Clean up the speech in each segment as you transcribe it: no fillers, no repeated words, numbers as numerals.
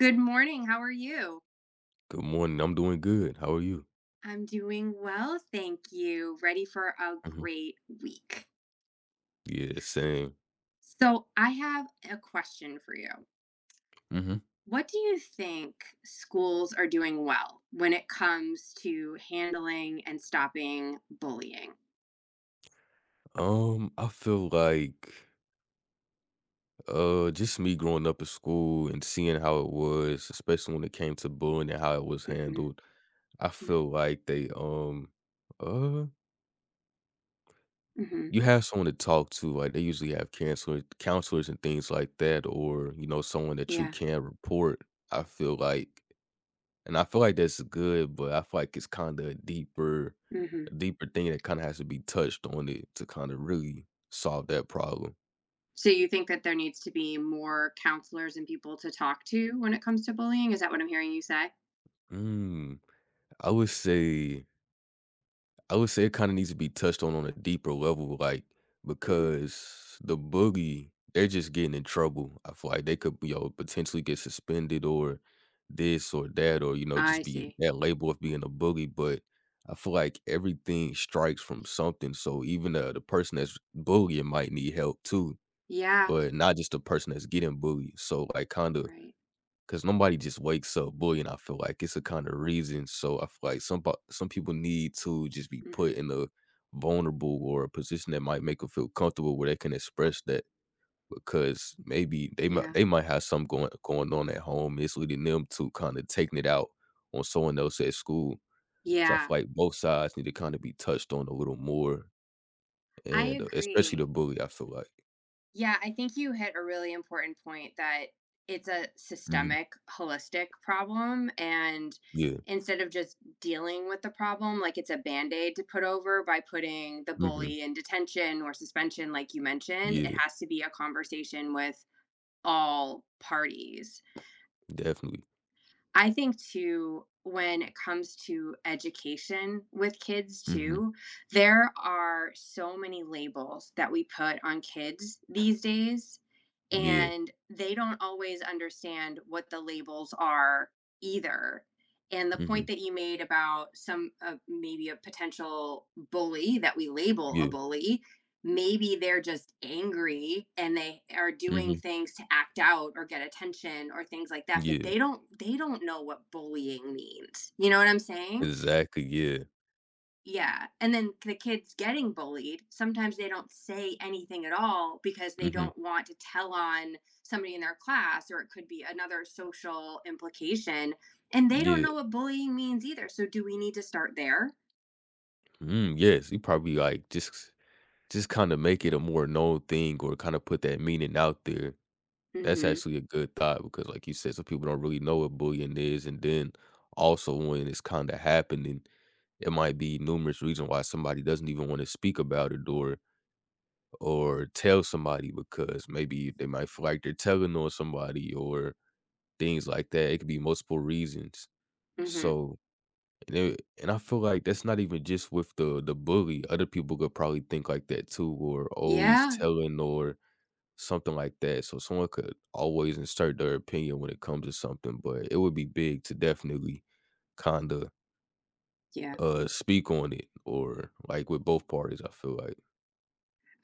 Good morning. How are you? Good morning. I'm doing good. How are you? I'm doing well, thank you. Ready for a Mhm. great week. Yeah, same. So, I have a question for you. Mhm. What do you think schools are doing well when it comes to handling and stopping bullying? I feel like just me growing up in school and seeing how it was, especially when it came to bullying and how it was Mhm, handled. I mm, feel like they uh mhm, you have someone to talk to. Like they usually have counselors and things like that, or you know, someone that you yeah, can report. I feel like And I feel like that's good, but I feel like it's kinda a mhm. Deeper thing that kinda has to be touched on it to kinda really solve that problem. So, you think that there needs to be more counselors and people to talk to when it comes to bullying? Is that what I'm hearing you say? Mm, I would say I would say it kinda needs to be touched on a deeper level, like, Mhm. because the boogie, they're just getting in trouble. I feel like they could, you know, potentially get suspended or this or that or, you know, I just be see. that label of being a boogie, but I feel like everything strikes from something, so even the person that's boogieing might need help too, Yeah, but not just the person that's getting boogie. So, like, kinda. right. 'Cause nobody just wakes up bullying, I feel like, it's a kinda reason, so I feel like some people need to just be put Mhm. in a vulnerable or a position that might make them feel comfortable where they can express that because maybe they might Yeah. they might have something going on at home, it's leading them to kinda taking it out on someone else at school. So I feel Yeah. like both sides need to kinda be touched on a little more I and, especially the agree. bully, I feel like. Yeah, I think you hit a really important point that it's a Mhm. systemic, holistic problem. And Yeah. instead of just dealing with the problem, like it's a band aid to put over by putting the Mhm. bully in detention or suspension, like you mentioned, it Yeah. has to be a conversation with all parties. Definitely. I think too, when it comes to education with kids Mhm. too, there are so many labels that we put on kids these days Yeah. and they don't always understand what the labels are either, and the point Mhm. that you made about some maybe a potential bully that we label a Yeah. bully, maybe they're just angry and they are doing Mhm. things to act out or get attention or things like that, but Yeah, they don't know what bullying means, you know what I'm saying? exactly, yeah. Yeah, and then the kids getting bullied, sometimes they don't say anything at all because they Mhm. don't want to tell on somebody in their class, or it could be another social implication, and they don't Yeah. know what bullying means either. So do we need to start there? Mm, yes, you probably, like, just kinda make it a more known thing or kinda put that meaning out there. That's Mhm, actually a good thought because, like you said, some people don't really know what bullying is, and then, also, when it's kinda happening, it might be numerous reason why somebody doesn't even wanna speak about it or tell somebody because maybe they might feel like they're telling on somebody or things like that. It could be multiple reasons. mhm. So. And I feel like that's not even just with the bully. Other people could probably think like that too, or always Yeah, telling or something like that. So someone could always insert their opinion when it comes to something, but it would be big to definitely kinda yeah. Speak on it or like with both parties, I feel like.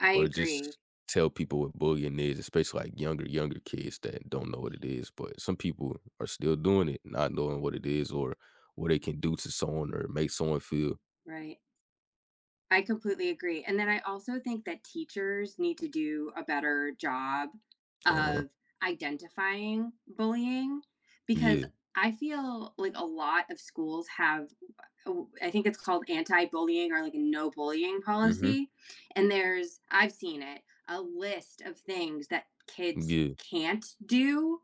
I Or agree, just tell people what bullying is, especially like younger kids that don't know what it is. But some people are still doing it, not knowing what it is or what it can do to someone or make someone feel. right. I completely agree. And then I also think that teachers need to do a better job Uh-huh. of identifying bullying, because Yeah. I feel like a lot of schools have, oh, I think it's called anti bullying, or like a no bullying Mhm. policy. And there's, I've seen it, a list of things that kids Yeah. can't do,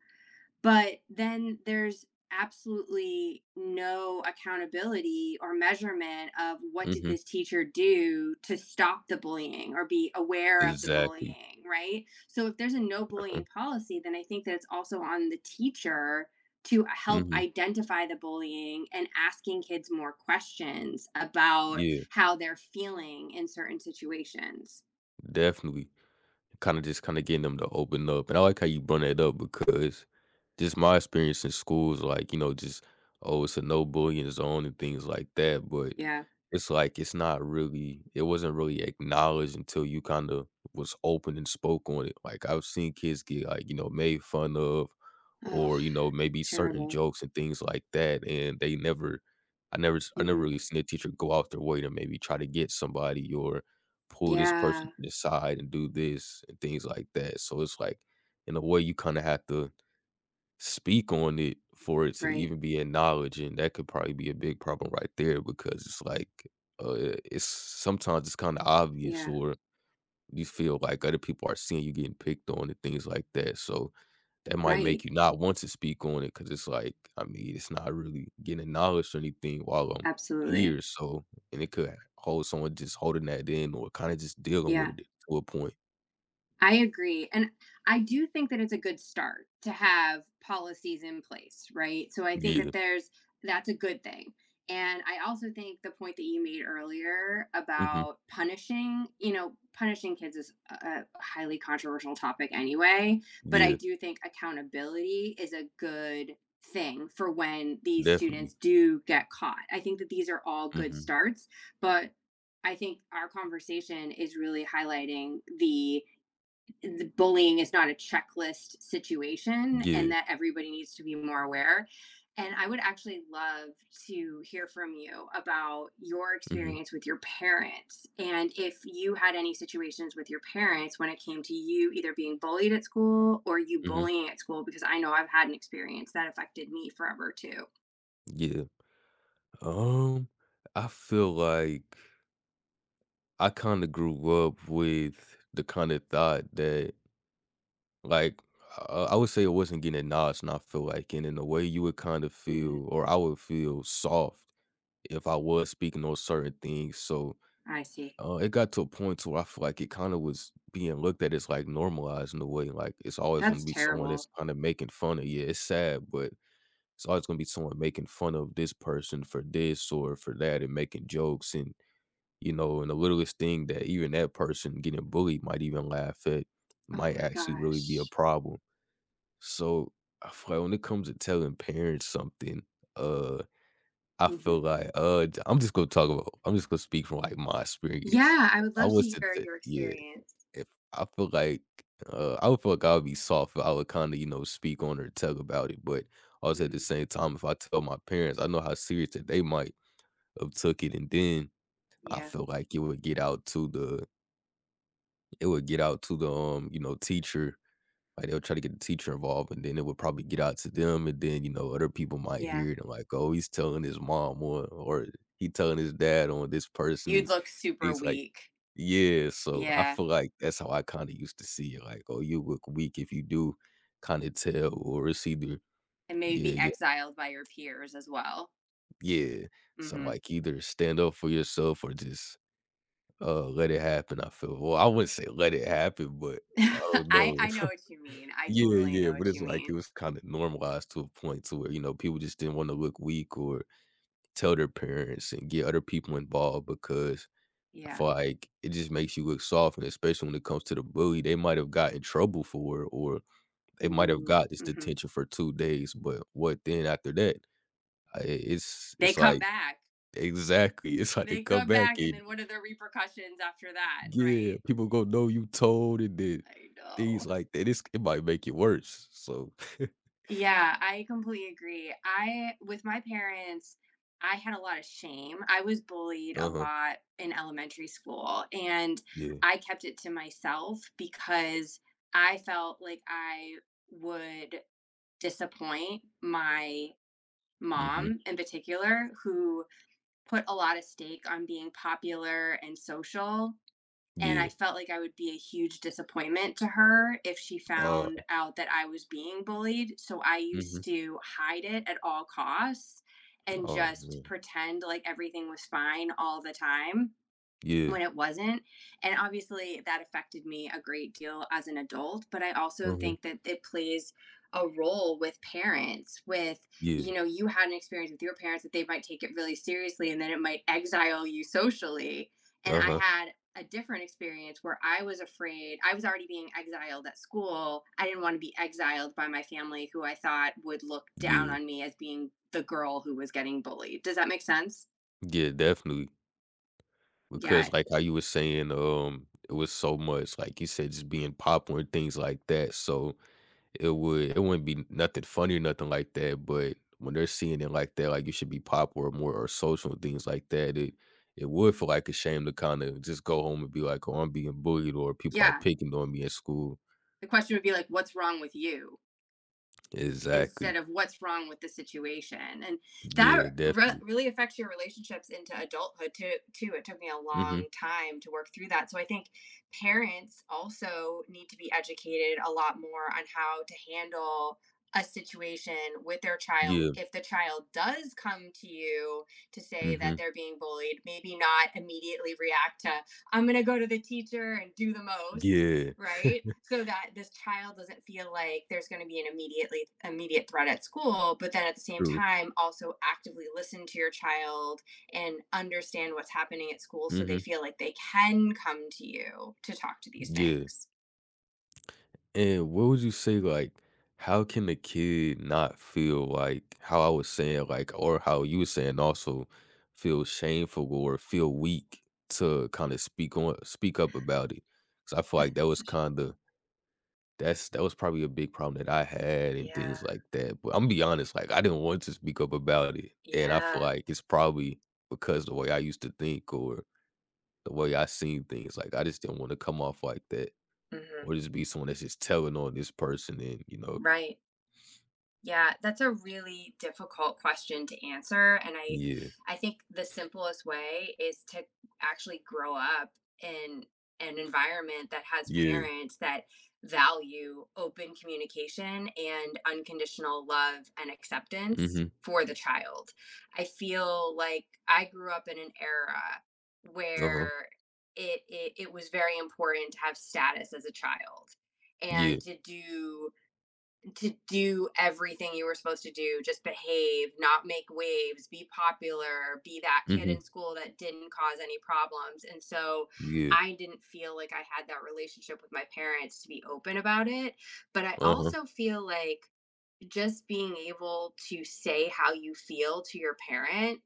but then there's absolutely no accountability or measurement of what did Mhm. this teacher do to stop the bullying or be aware of the Exactly. bullying, right? So if there's a no Uh-huh. bullying policy, then I think that it's also on the teacher to help Mhm. identify the bullying and asking kids more questions about Yeah. how they're feeling in certain situations. Definitely. Kinda getting them to open up, and I like how you brought that up because just my experience in school is like, you know, just, "Oh, it's a no bullying zone," and things like that, but Yeah. it's like it wasn't really acknowledged until you kinda was open and spoke on it. Like, I've seen kids get, like, you know, made fun of Oh, or, you know, maybe certain terrible. jokes and things like that, and they never I never s I never Hmm. really seen a teacher go out their way to maybe try to get somebody or pull this Yeah. person to the side and do this and things like that. So it's like, in a way, you kind of have to speak on it for it to Right. even be acknowledged, and that could probably be a big problem right there because it's like it's sometimes it's kind of obvious, Yeah. or you feel like other people are seeing you getting picked on and things like that. So that might make Right. you not want to speak on it, cause it's like, I mean, it's not really getting acknowledged or anything while I'm Absolutely. here, so. And it could hold someone just holding that in or kinda just dealing with Yeah, it to a point. I agree. And I do think that it's a good start to have policies in place, right? So I think that Yeah. there's that's a good thing. And I also think the point that you made earlier Mhm. about punishing, you know, punishing kids is a highly controversial topic anyway, but I Yeah. do think accountability is a good thing for when these students Definitely. do get caught. I think that these are all good Mhm. starts, but I think our conversation is really highlighting the bullying is not a checklist situation and Yeah. that everybody needs to be more aware. And I would actually love to hear from you about your Mhm. experience with your parents and if you had any situations with your parents when it came to you either being bullied at school or you Mhm. bullying at school, because I know I've had an experience that affected me forever too. Yeah. Um, I feel like I kinda grew up with the kinda thought that. Like, I would say it wasn't getting acknowledged, and I feel like and in a way you would kind of Mm, feel or I would feel soft if I was speaking on certain things, so, I see. It got to a point to where I feel like it kinda was being looked at as, like, normalized in a way, like, it's always gonna That's be someone terrible. that's kinda making fun of you, it's sad, but it's always gonna be someone making fun of this person for this or for that and making jokes and, you know, and the littlest thing that even that person getting bullied might even laugh at Oh might my actually really be a gosh. problem. So, I feel like when it comes to telling parents something, uh, I Mhm. feel like, j I'm just gonna speak from, like, my experience. Yeah, I If would I love to was to hear t your yeah, experience. if I feel like, I would feel like I would be soft I would kinda, you know, speak on or tell about it, but also at the Mhm. same time, if I tell my parents, I know how serious that they might have took it, and then I Yeah, feel like it would get out to the, you know, teacher. Like, they'll try to get the teacher involved, and then it would probably get out to them, and then, you know, other people might yeah. hear it and like, "Oh, he's telling his mom or he telling his dad on this person," You'd and look super he's like. weak. Yeah, so I Yeah. feel like that's how I kinda used to see it, like, "Oh, you look weak if you do kinda tell," or it's either. And maybe Yeah, be yeah, exiled by your peers as well. yeah. So I'm Hmm. like, "Either stand up for yourself or just. Let it happen, I feel. Well, I wouldn't say let it happen, but I don't I, know." I know what you mean. I Yeah, totally yeah, know but what you it's like it mean. was kinda normalized to a point to where, you know, people just didn't wanna look weak or tell their parents and get other people involved because I Yeah. feel like it just makes you look soft, and especially when it comes to the bully, they might have got in trouble for it or they might have got this Mm-hmm. detention for 2 days, but what then after that? I it's They it's come like back. exactly, it's like they They come come back back. And and. then what are the repercussions after that? Yeah, Right. people gonna know you told and then I things know. like that. It might make it worse. So. Yeah, I completely agree. I, with my parents, I had a lot of shame. I was bullied a Uh-huh. lot in elementary school and Yeah. I kept it to myself because I felt like I would disappoint my Mhm. mom in particular, who put a lot of stake on being popular and social, and I Yeah. felt like I would be a huge disappointment to her if she found Uh out that I was being bullied. So I mhm. used to hide it at all costs and Oh just man. pretend like everything was fine all the time Yeah. when it wasn't. And obviously, that affected me a great deal as an adult. But I also Uh-huh. think that it plays a role with parents, with, Yeah. you know, you had an experience with your parents that they might take it really seriously and then it might exile you socially. And I Uh-huh. had a different experience where I was afraid. I was already being exiled at school. I didn't want to be exiled by my family, who I thought would look down Yeah. on me as being the girl who was getting bullied. Does that make sense? Yeah, definitely. Yeah. Because like how you were saying, it was so much, like you said, just being popular and things like that. So. It wouldn't be nothing funny or nothing like that, but when they're seeing it like that, like, "You should be popular more or social," and things like that, it would feel like a shame to kinda just go home and be like, "Oh, I'm being bullied," or, "People are Yeah. picking on me at school." The question would be like, what's wrong with you, instead Exactly. of what's wrong with the situation, and that Yeah, definitely. really affects your relationships into adulthood too. It took me a long Mhm. time to work through that, so I think parents also need to be educated a lot more on how to handle a situation with their child. Yeah. If the child does come to you to say that Mhm. they're being bullied, maybe not immediately react to, I'm going to go to the teacher and do the most, Yeah. right? So that this child doesn't feel like there's going to be an immediate threat at school, but then at the same True. time also actively listen to your child and understand what's happening at school so they Mhm. feel like they can come to you to talk to these Yeah. things. And what would you say, like, how can a kid not feel like how I was saying, like, or how you were saying also feel shameful or feel weak to kind of speak up about it? Cause I feel That's like that was such a- kind of that was probably a big problem that I had and yeah. things like that. But I'm gonna be honest, like I didn't want to speak up about it. And I feel Yeah. like it's probably because the way I used to think or the way I seen things. Like I just didn't want to come off like that. Hmm. Or just be someone that's just telling on this person and, you know. Right. Yeah, that's a really difficult question to answer, and Yeah, I think the simplest way is to actually grow up in an environment that has yeah, parents that value open communication and unconditional love and acceptance mhm, for the child. I feel like I grew up in an era uh-huh, where it was very important to have status as a child yeah, and to do everything you were supposed to do, just behave, not make waves, be popular, be that kid in mhm, school that didn't cause any problems. And so yeah, I didn't feel like I had that relationship with my parents to be open about it, but I uh-huh, also feel like just being able to say how you feel to your parent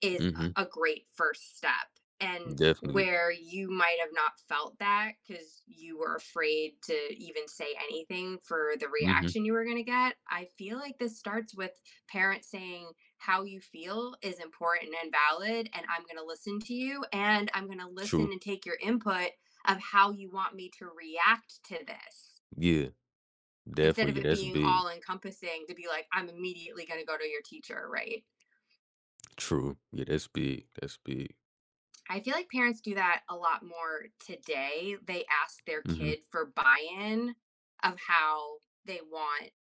is mhm, a great first step. And definitely, where you might have not felt that because you were afraid to even say anything for the mhm, reaction you were going to get, I feel like this starts with parents saying, how you feel is important and valid, and I'm going to listen to you, and I'm going to listen true, and take your input of how you want me to react to this, yeah, instead definitely, of yeah, it that's being big, all encompassing to be like, I'm immediately going to go to your teacher, right? true, yeah, that's big, I feel like parents do that a lot more today. They ask their mhm, kid for buy-in of how they want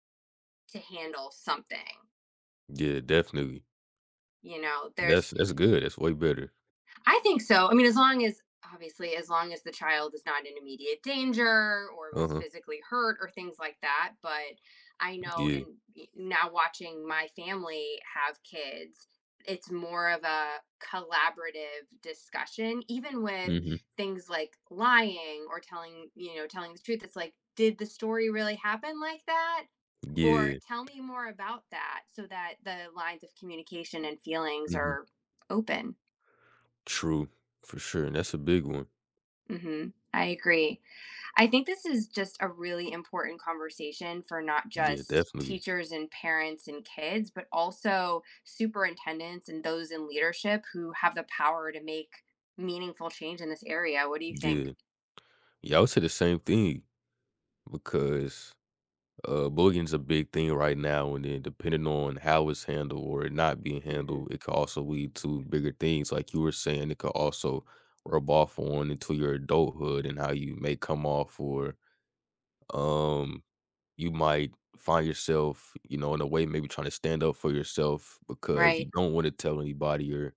to handle something. yeah, definitely, You know, there's that's good, that's way better, I think so. I mean, as long as, obviously, as long as the child is not in immediate danger or was uh-huh, physically hurt or things like that. But I know, yeah, and now watching my family have kids, it's more of a collaborative discussion, even with mhm, things like lying or telling, you know, telling the truth. It's like, did the story really happen like that? Or yeah, tell me more about that, so that the lines of communication and feelings mhm, are open. true, for sure, and that's a big one, Mhm. I agree. I think this is just a really important conversation for not yeah, just definitely, teachers and parents and kids, but also superintendents and those in leadership who have the power to make meaningful change in this area. What do you think? yeah, yeah, I would say the same thing because. Bullying's a big thing right now, and then depending on how it's handled or it not being handled, Mhm. it could also lead to bigger things. Like you were saying, it could also rub off on into your adulthood and how you may come off, or um, you might find yourself, you know, in a way maybe trying to stand up for yourself because you Right. don't want to tell anybody or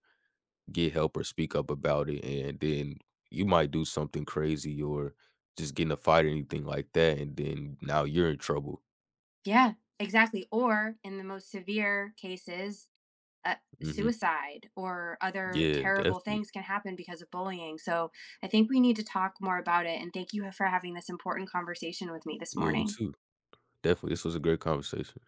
get help or speak up about it, and then you might do something crazy or just get in a fight or anything like that, and then now you're in trouble. Yeah, exactly. Or in the most severe cases, uh, Mhm. suicide or other Yeah, terrible definitely. things can happen because of bullying. So I think we need to talk more about it. And thank you for having this important conversation with me this Yeah, you morning. too. Definitely. This was a great conversation.